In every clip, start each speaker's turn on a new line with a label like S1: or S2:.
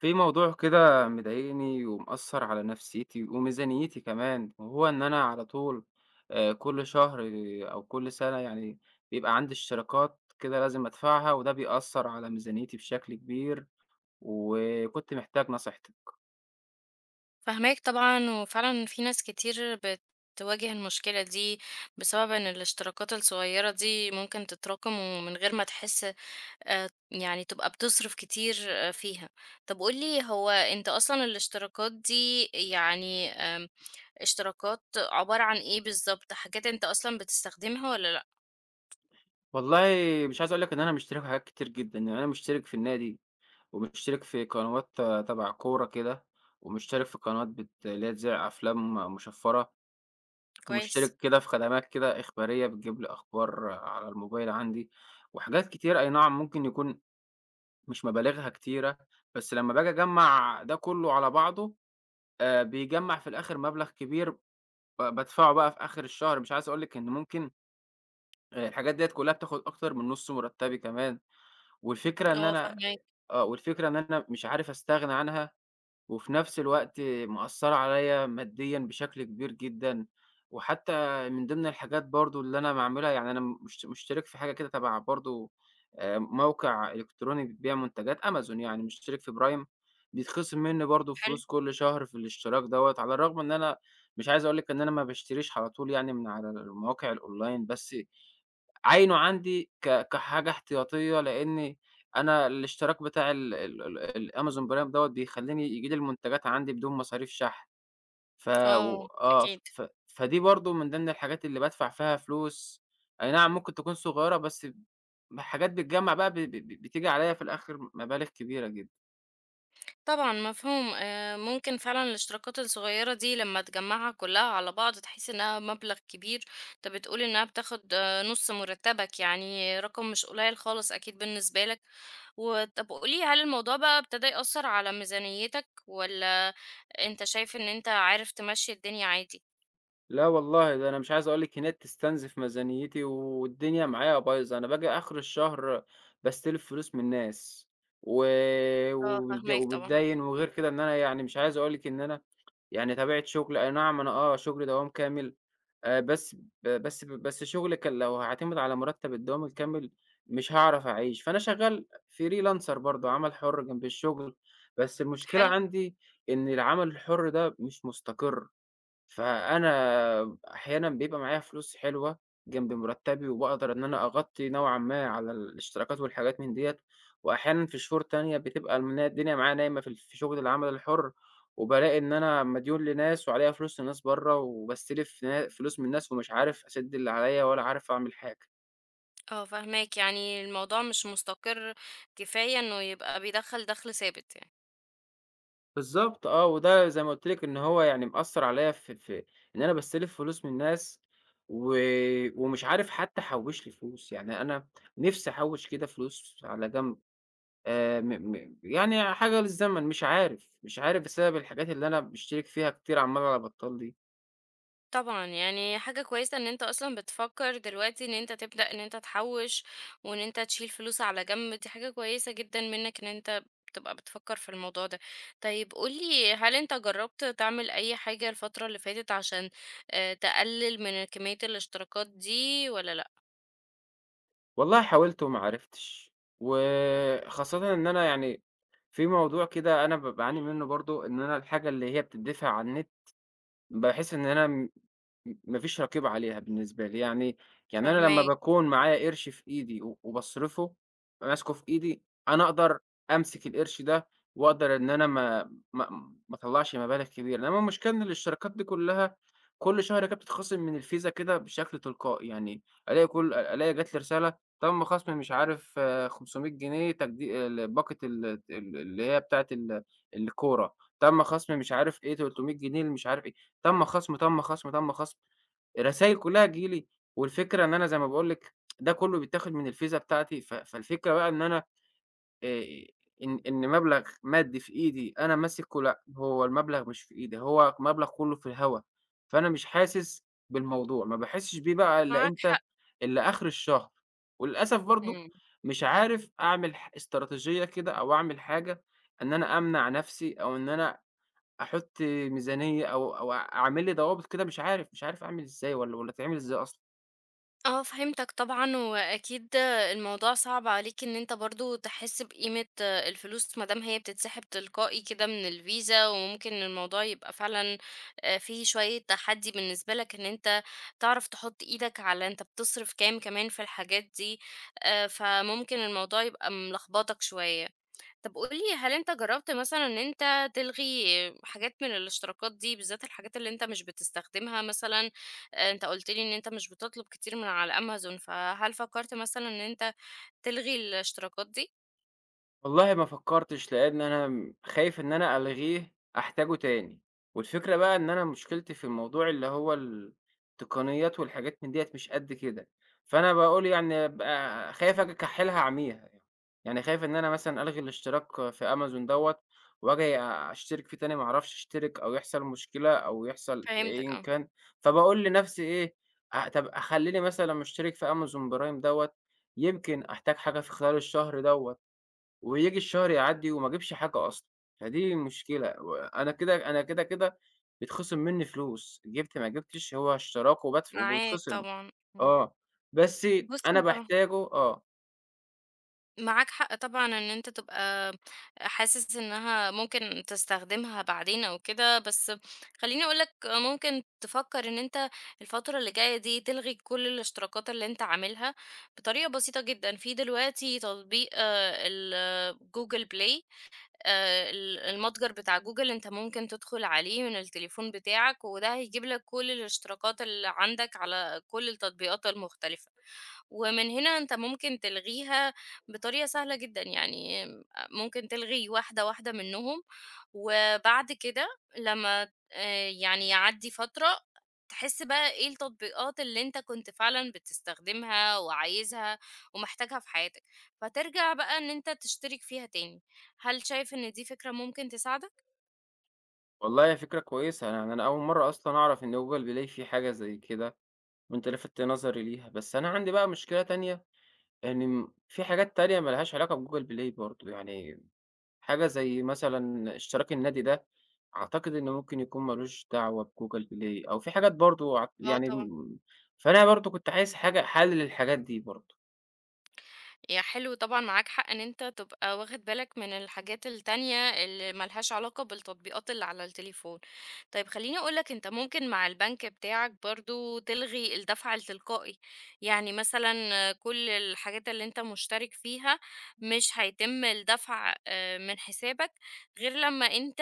S1: في موضوع كده مضايقني ومأثر على نفسيتي وميزانيتي كمان وهو إن أنا على طول، كل شهر أو كل سنة يعني بيبقى عندي اشتراكات كده لازم أدفعها وده بيأثر على ميزانيتي بشكل كبير، وكنت محتاج نصيحتك.
S2: فاهماك طبعًا، وفعلًا في ناس كتير بتواجه المشكلة دي، بسبب إن الاشتراكات الصغيرة دي ممكن تتراكم ومن غير ما تحس يعني تبقى بتصرف كتير آه، فيها. طب قُل لي هو أنت أصلًا الاشتراكات دي يعني، اشتراكات عبارة عن إيه بالضبط؟ حاجات أنت أصلًا بتستخدمها والّا لأ؟
S1: والله مش عايز أقولك إن أنا مشترك في حاجات كتير جدا، يعني أنا مشترك في النادي ومشترك في قنوات تبع كورة كده، ومشترك في قنوات اللي هي تذيع أفلام مشفرة،
S2: كويس.
S1: مشترك كده في خدمات كده إخبارية بتجيب لي أخبار على الموبايل عندي، وحاجات كتير أي نعم ممكن يكون مش مبالغها كتيرة، بس لمّا باجي أجمّع ده كله على بعضه بيجمّع في الآخر مبلغ كبير، بادفعه بقى في آخر الشهر. مش عايز أقول لِك إن ممكن الحاجات ديّة كلها بتاخد أكتر من نُص مرتبي كمان، والفكرة إن
S2: آه،
S1: أنا
S2: فاهماك.
S1: والفكرة إن أنا مش عارف أستغنى عنها وفي نفس الوقت مأثّرة عليَّ ماديًا بشكل كبير جدًا. وحتى من ضمن الحاجات برضه اللي أنا باعملها، يعني أنا مش مشترك في حاجة كده تبع برضه موقع إلكتروني بيبيع منتجات أمازون، يعني مشترك في برايم، بيتخصم منّي برضه
S2: حلو.
S1: فلوس كل شهر في الاشتراك دوّة، على الرغم إن أنا مش عايز أقول لِك إن أنا ما باشتريش على طول، يعني من على المواقع الأونلاين، بس عاينه عندي كحاجة احتياطية، لإن أنا الاشتراك بتاع ال ال ال الأمازون برايم دوّة بيخلّيني ييجي لي المنتجات عندي بدون مصاريف شحن، ف و
S2: آه.
S1: آه، ف
S2: أكيد.
S1: ف فدي برضه من ضمن الحاجات اللي بادفع فيها فلوس. أي نعم ممكن تكون صغيرة، بس حاجات بتجمّع بقى ب ب بتيجي عليّا في الآخر مبالغ كبيرة جدًا.
S2: طبعًا مفهوم. ممكن فعلًا الاشتراكات الصغيّرة دي لمّا تجمّعها كلّها على بعض تحس إنها مبلغ كبير، أنت بتقول إنها بتاخد آه، نُص مرتّبك، يعني رقم مش قليّل خالص أكيد بالنسبة لك، وطَب قُل لي هل الموضوع بقى ابتدى يأثّر على ميزانيتك والّا أنت شايف إن أنت عارف تمشّي الدنيا عادي؟
S1: لا والله، ده أنا مش عايز أقول لِك هناك تستنزف ميزانيتي والدنيا معايا بايظة، أنا باجي آخر الشهر باستلف فلوس من الناس، و
S2: آه،
S1: وبت
S2: فاهماك طبعًا.
S1: وباتداين، وغير كده إن أنا، يعني مش عايز أقول لِك إن أنا، يعني طبيعة شغلي أي نعم أنا آه شغلي دوام كامل، بس ب بس ب بس شغلي كان لو هاعتمد على مرتب الدوام الكامل مش هاعرف أعيش، فأنا شغال freelancer برضه عمل حُر جنب الشغل، بس المشكلة
S2: حلو.
S1: عندي إن العمل الحُر ده مش مستقر. فأنا أحيانًا بيبقى معايا فلوس حلوة جنب مرتبي، وباقدر إن أنا أغطي نوعًا ما على الاشتراكات والحاجات من ديّة، وأحيانًا في شهور تانية بتبقى الدنيا معايا نايمة في شغل العمل الحُر، وبالاقي إن أنا مديون لناس وعليّا فلوس لناس برّه، وباستلف فلوس من ناس ومش عارف أسِد اللي عليّا ولا عارف أعمل حاجة.
S2: آه، فاهماك، يعني الموضوع مش مستقر كفاية إنه يبقى بيدخّل دَخْل ثابت يعني.
S1: بالضبط آه، وده زي ما قُلت لِك إن هو يعني مأثّر عليّا في إن أنا باستلف فلوس من الناس، و ومش عارف حتى أحوّش لي فلوس، يعني أنا نِفْسي أحوّش كده فلوس على جنب، م م يعني حاجة للزمن مش عارف، مش عارف بسبب الحاجات اللي أنا باشترك فيها كتير عمّال على بطّال دي.
S2: طبعًا، يعني حاجة كويسة إن أنت أصلًا بتفكّر دلوقتي إن أنت تبدأ إن أنت تحوّش، وإن أنت تشيل فلوس على جنب، دي حاجة كويسة جدًا منّك إن أنت بتبقى بتفكّر في الموضوع ده. طيب قُل لي هل أنت جرّبت تعمل أي حاجة الفترة اللي فاتت عشان تقلل من كمية الاشتراكات دي والّا لأ؟
S1: والله حاولت وما عرفتش، وخاصةً إن أنا، يعني في موضوع كده أنا باعاني منّه برضه، إن أنا الحاجة اللي هي بتدّفع على النت باحس إن أنا ما فيش رقيب عليها بالنسبة لي، يعني يعني أنا لمّا
S2: فاهماك.
S1: باكون معايا قرش في إيدي وباصرفه، ماسكه في إيدي، أنا أقدر أمسك القرش ده وأقدر إن أنا ما ما أطلّعش مبالغ كبيرة، إنما المشكلة إن الاشتراكات دي كلّها كل شهر كانت بتتخصم من الفيزا كده بشكل تلقائي، يعني ألاقي كل أ ألاقي جات لي رسالة تم خصم مش عارف 500 جنيه تجدي ال باقة ال ال اللي هي بتاعة الكورة، تم خصم مش عارف إيه 300 جنيه لمش عارف، تم خصم، تم خصم، تم خصم، الرسايل كلها تيجي لي. والفكرة إن أنا زي ما باقول لِك ده كله بيتاخد من الفيزا بتاعتي، فالفكرة بقى إن أنا آآ إن مبلغ مادي في إيدي أنا ماسكه لأ، هو المبلغ مش في إيدي، هو مبلغ كله في الهوا، فأنا مش حاسس بالموضوع، ما باحسش بيه بقى إلا
S2: معاك
S1: إمتى؟
S2: حق.
S1: إلا آخر الشهر. وللأسف برضه
S2: إمم.
S1: مش عارف أعمل استراتيجية كده أو أعمل حاجة إن أنا أمنع نفسي أو إن أنا أحُط ميزانية أو أعمل لي ضوابط كده مش عارف، مش عارف أعمل إزاي، والّا تتعمل إزاي أصلًا؟
S2: آه، فهمتك طبعًا، وأكيد الموضوع صعب عليك إن أنت برضه تحس بقيمة الفلوس ما دام هي بتتسحب تلقائي كده من الفيزا، وممكن الموضوع يبقى فعلًا فيه شوية تحدي بالنسبة لك إن أنت تعرف تحط إيدك على أنت بتصرف كام كمان في الحاجات دي. فممكن الموضوع يبقى ملخبطك شوية. طب قُل لي هل أنت جرّبت مثلًا إن أنت تلغي حاجات من الاشتراكات دي، بالذات الحاجات اللي أنت مش بتستخدمها مثلًا. أنت قُلت لي إن أنت مش بتطلب كتير من على Amazon، فهل فكّرت مثلًا إن أنت تلغي الاشتراكات دي؟
S1: والله ما فكّرتش، لإن أنا خايف إن أنا ألغيه أحتاجه تاني، والفكرة بقى إن أنا مشكلتي في الموضوع اللي هو التقنيات والحاجات من ديّة مش قد كده، فأنا باقول يعني بابقى خايف آجي أكحّلها أعميها يعني، يعني خايف إن أنا مثلًا ألغي الاشتراك في أمازون دوّة وآجي أشترك فيه تاني ما أعرفش أشترك أو يحصل مشكلة أو يحصل
S2: فهمتك،
S1: أيًا
S2: آه.
S1: كان، فباقول لنفسي إيه، طَب أخلّيني مثلًا مشترك في أمازون برايم دوّة، يمكن أحتاج حاجة في خلال الشهر دوّة. وييجي الشهر يعدّي وما أجيبش حاجة أصلًا، فدي المشكلة، وأنا كده أنا كده، كده بيتخصم منّي فلوس، جِبت ما جِبتش هو اشتراك
S2: معاك
S1: وبيتخصم
S2: طبعًا. إمم.
S1: آه، بس
S2: بُص
S1: أنا
S2: أنت،
S1: باحتاجه آه.
S2: معاك حق طبعًا إن أنت تبقى حاسس إنها ممكن تستخدمها بعدين أو كده، بس خلّيني أقول لك ممكن تفكّر إن أنت الفترة اللي جاية دي تلغي كل الاشتراكات اللي أنت عاملها بطريقة بسيطة جدًا. في دلوقتي تطبيق الGoogle Play، ال المتجر بتاع Google أنت ممكن تدخل عليه من التليفون بتاعك، وده هيجيب لك كل الاشتراكات اللي عندك على كل التطبيقات المختلفة، ومن هنا أنت ممكن تلغيها بطريقة سهلة جدًا، يعني ممكن تلغي واحدة واحدة منهم. وبعد كده لمّا يعني يعدّي فترة تحس بقى إيه التطبيقات اللي أنت كنت فعلًا بتستخدمها وعايزها ومحتاجها في حياتك، فترجع بقى إن أنت تشترك فيها تاني. هل شايف إن دي فكرة ممكن تساعدك؟
S1: والله هي فكرة كويسة، يعني أنا أول مرّة أصلًا أعرف إن Google Play فيه حاجة زي كده، وأنت لفتت نظري ليها، بس أنا عندي بقى مشكلة تانية، إن م في حاجات تانية ما لهاش علاقة بGoogle Play برضه، يعني حاجة زي مثلًا اشتراك النادي ده، أعتقد إنه ممكن يكون ما لوش دعوة بGoogle Play أو في حاجات برضه ع
S2: اه
S1: يعني
S2: طبعا.
S1: م فأنا برضه كنت عايز حاجة حل للحاجات دي برضه.
S2: يا حلو، طبعا معاك حق ان انت تبقى واخد بالك من الحاجات التانية اللي ملهاش علاقة بالتطبيقات اللي على التليفون. طيب خليني اقولك انت ممكن مع البنك بتاعك برضو تلغي الدفع التلقائي، يعني مثلا كل الحاجات اللي انت مشترك فيها مش هيتم الدفع آه، من حسابك غير لما انت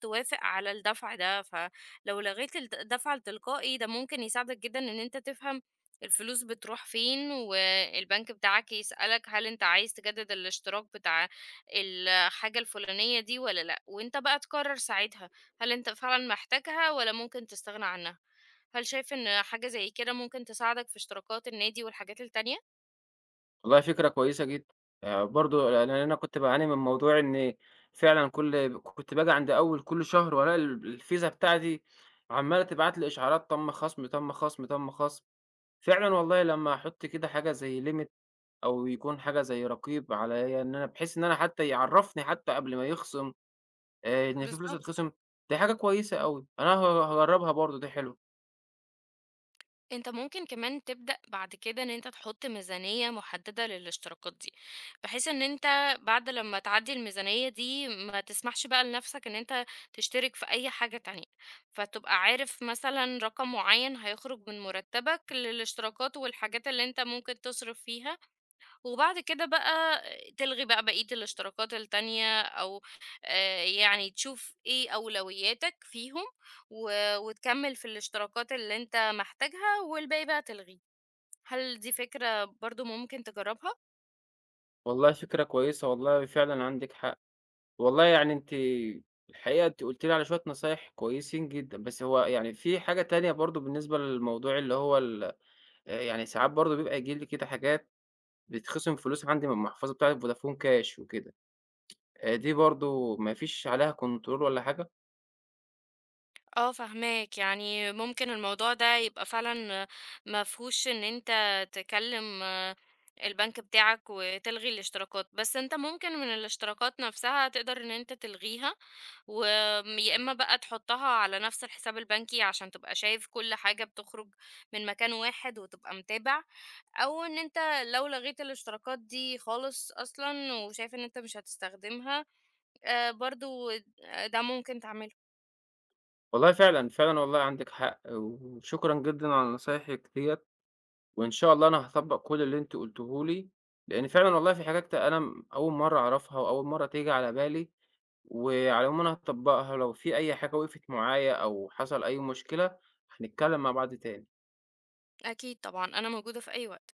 S2: توافق على الدفع ده. فلو لغيت الدفع التلقائي ده ممكن يساعدك جدا ان انت تفهم الفلوس بتروح فين، والبنك بتاعك يسألك هل انت عايز تجدد الاشتراك بتاع الحاجة الفلانية دي ولا لا، وانت بقى تقرر ساعتها هل انت فعلا محتاجها ولا ممكن تستغنى عنها. هل شايف ان حاجة زي كده ممكن تساعدك في اشتراكات النادي والحاجات التانية؟
S1: والله فكرة كويسة جدًا، برضه لأن أنا كنت باعاني من موضوع إن فعلًا كل كنت باجي عند أول كل شهر وألاقي الفيزا بتاعتي عمّالة تبعت لي إشعارات تم خصم، تم خصم، تم خصم، فعلًا والله لمّا أحط كده حاجة زي limit أو يكون حاجة زي رقيب عليّا إن أنا بحيث إن أنا حتى يعرّفني حتى قبل ما يخصم إن في فلوس
S2: بالظبط.
S1: تتخصم، دي حاجة كويسة أوي، أنا هاجرّبها برضه دي حلوة.
S2: انت ممكن كمان تبدأ بعد كده ان انت تحط ميزانية محددة للاشتراكات دي، بحيث ان انت بعد لما تعدي الميزانية دي ما تسمحش بقى لنفسك ان انت تشترك في اي حاجة تانية. فتبقى عارف مثلا رقم معين هيخرج من مرتبك للاشتراكات والحاجات اللي انت ممكن تصرف فيها، وبعد كده بقى تلغي بقى بقية الاشتراكات التانية أو يعني تشوف إيه أولوياتك فيهم، و وتكمّل في الاشتراكات اللي أنت محتاجها والباقي بقى تلغيه. هل دي فكرة برضه ممكن تجرّبها؟
S1: والله فكرة كويسة، والله فعلًا عندِك حق، والله يعني أنتِ الحقيقة أنتِ قُلتِ لي على شوية نصايح كويسين جدًا، بس هو يعني في حاجة تانية برضه بالنسبة للموضوع اللي هو ال يعني ساعات برضه بيبقى ييجي لي كده حاجات بيتخصم فلوس عندي من المحفظة بتاعة فودافون كاش وكده، دي برضه ما فيش عليها control ولا حاجة؟
S2: آه، فاهماك، يعني ممكن الموضوع ده يبقى فعلًا ما فيهوش إن أنت تكلّم آه، البنك بتاعك وتلغي الاشتراكات، بس أنت ممكن من الاشتراكات نفسها تقدر إن أنت تلغيها وآمم يا إما بقى تحطّها على نفس الحساب البنكي عشان تبقى شايف كل حاجة بتخرج من مكان واحد وتبقى متابع، أو إن أنت لو لغيت الاشتراكات دي خالص أصلًا وشايف إن أنت مش هتستخدمها، برضه د ده ممكن تعمله.
S1: والله فعلًا، فعلًا والله عندِك حق، وشكرًا جدًا على نصايحِك ديّة. وإن شاء الله أنا هاطبّق كل اللي أنتِ قُلتيه لي، لإن فعلًا والله في حاجات أنا م أول مرّة أعرفها وأول مرّة تيجي على بالي، وعلى العموم أنا هاطبّقها، ولو في أي حاجة وقفت معايا أو حصل أي مشكلة، هنتكلّم مع بعض تاني.
S2: أكيد طبعًا، أنا موجودة في أي وقت.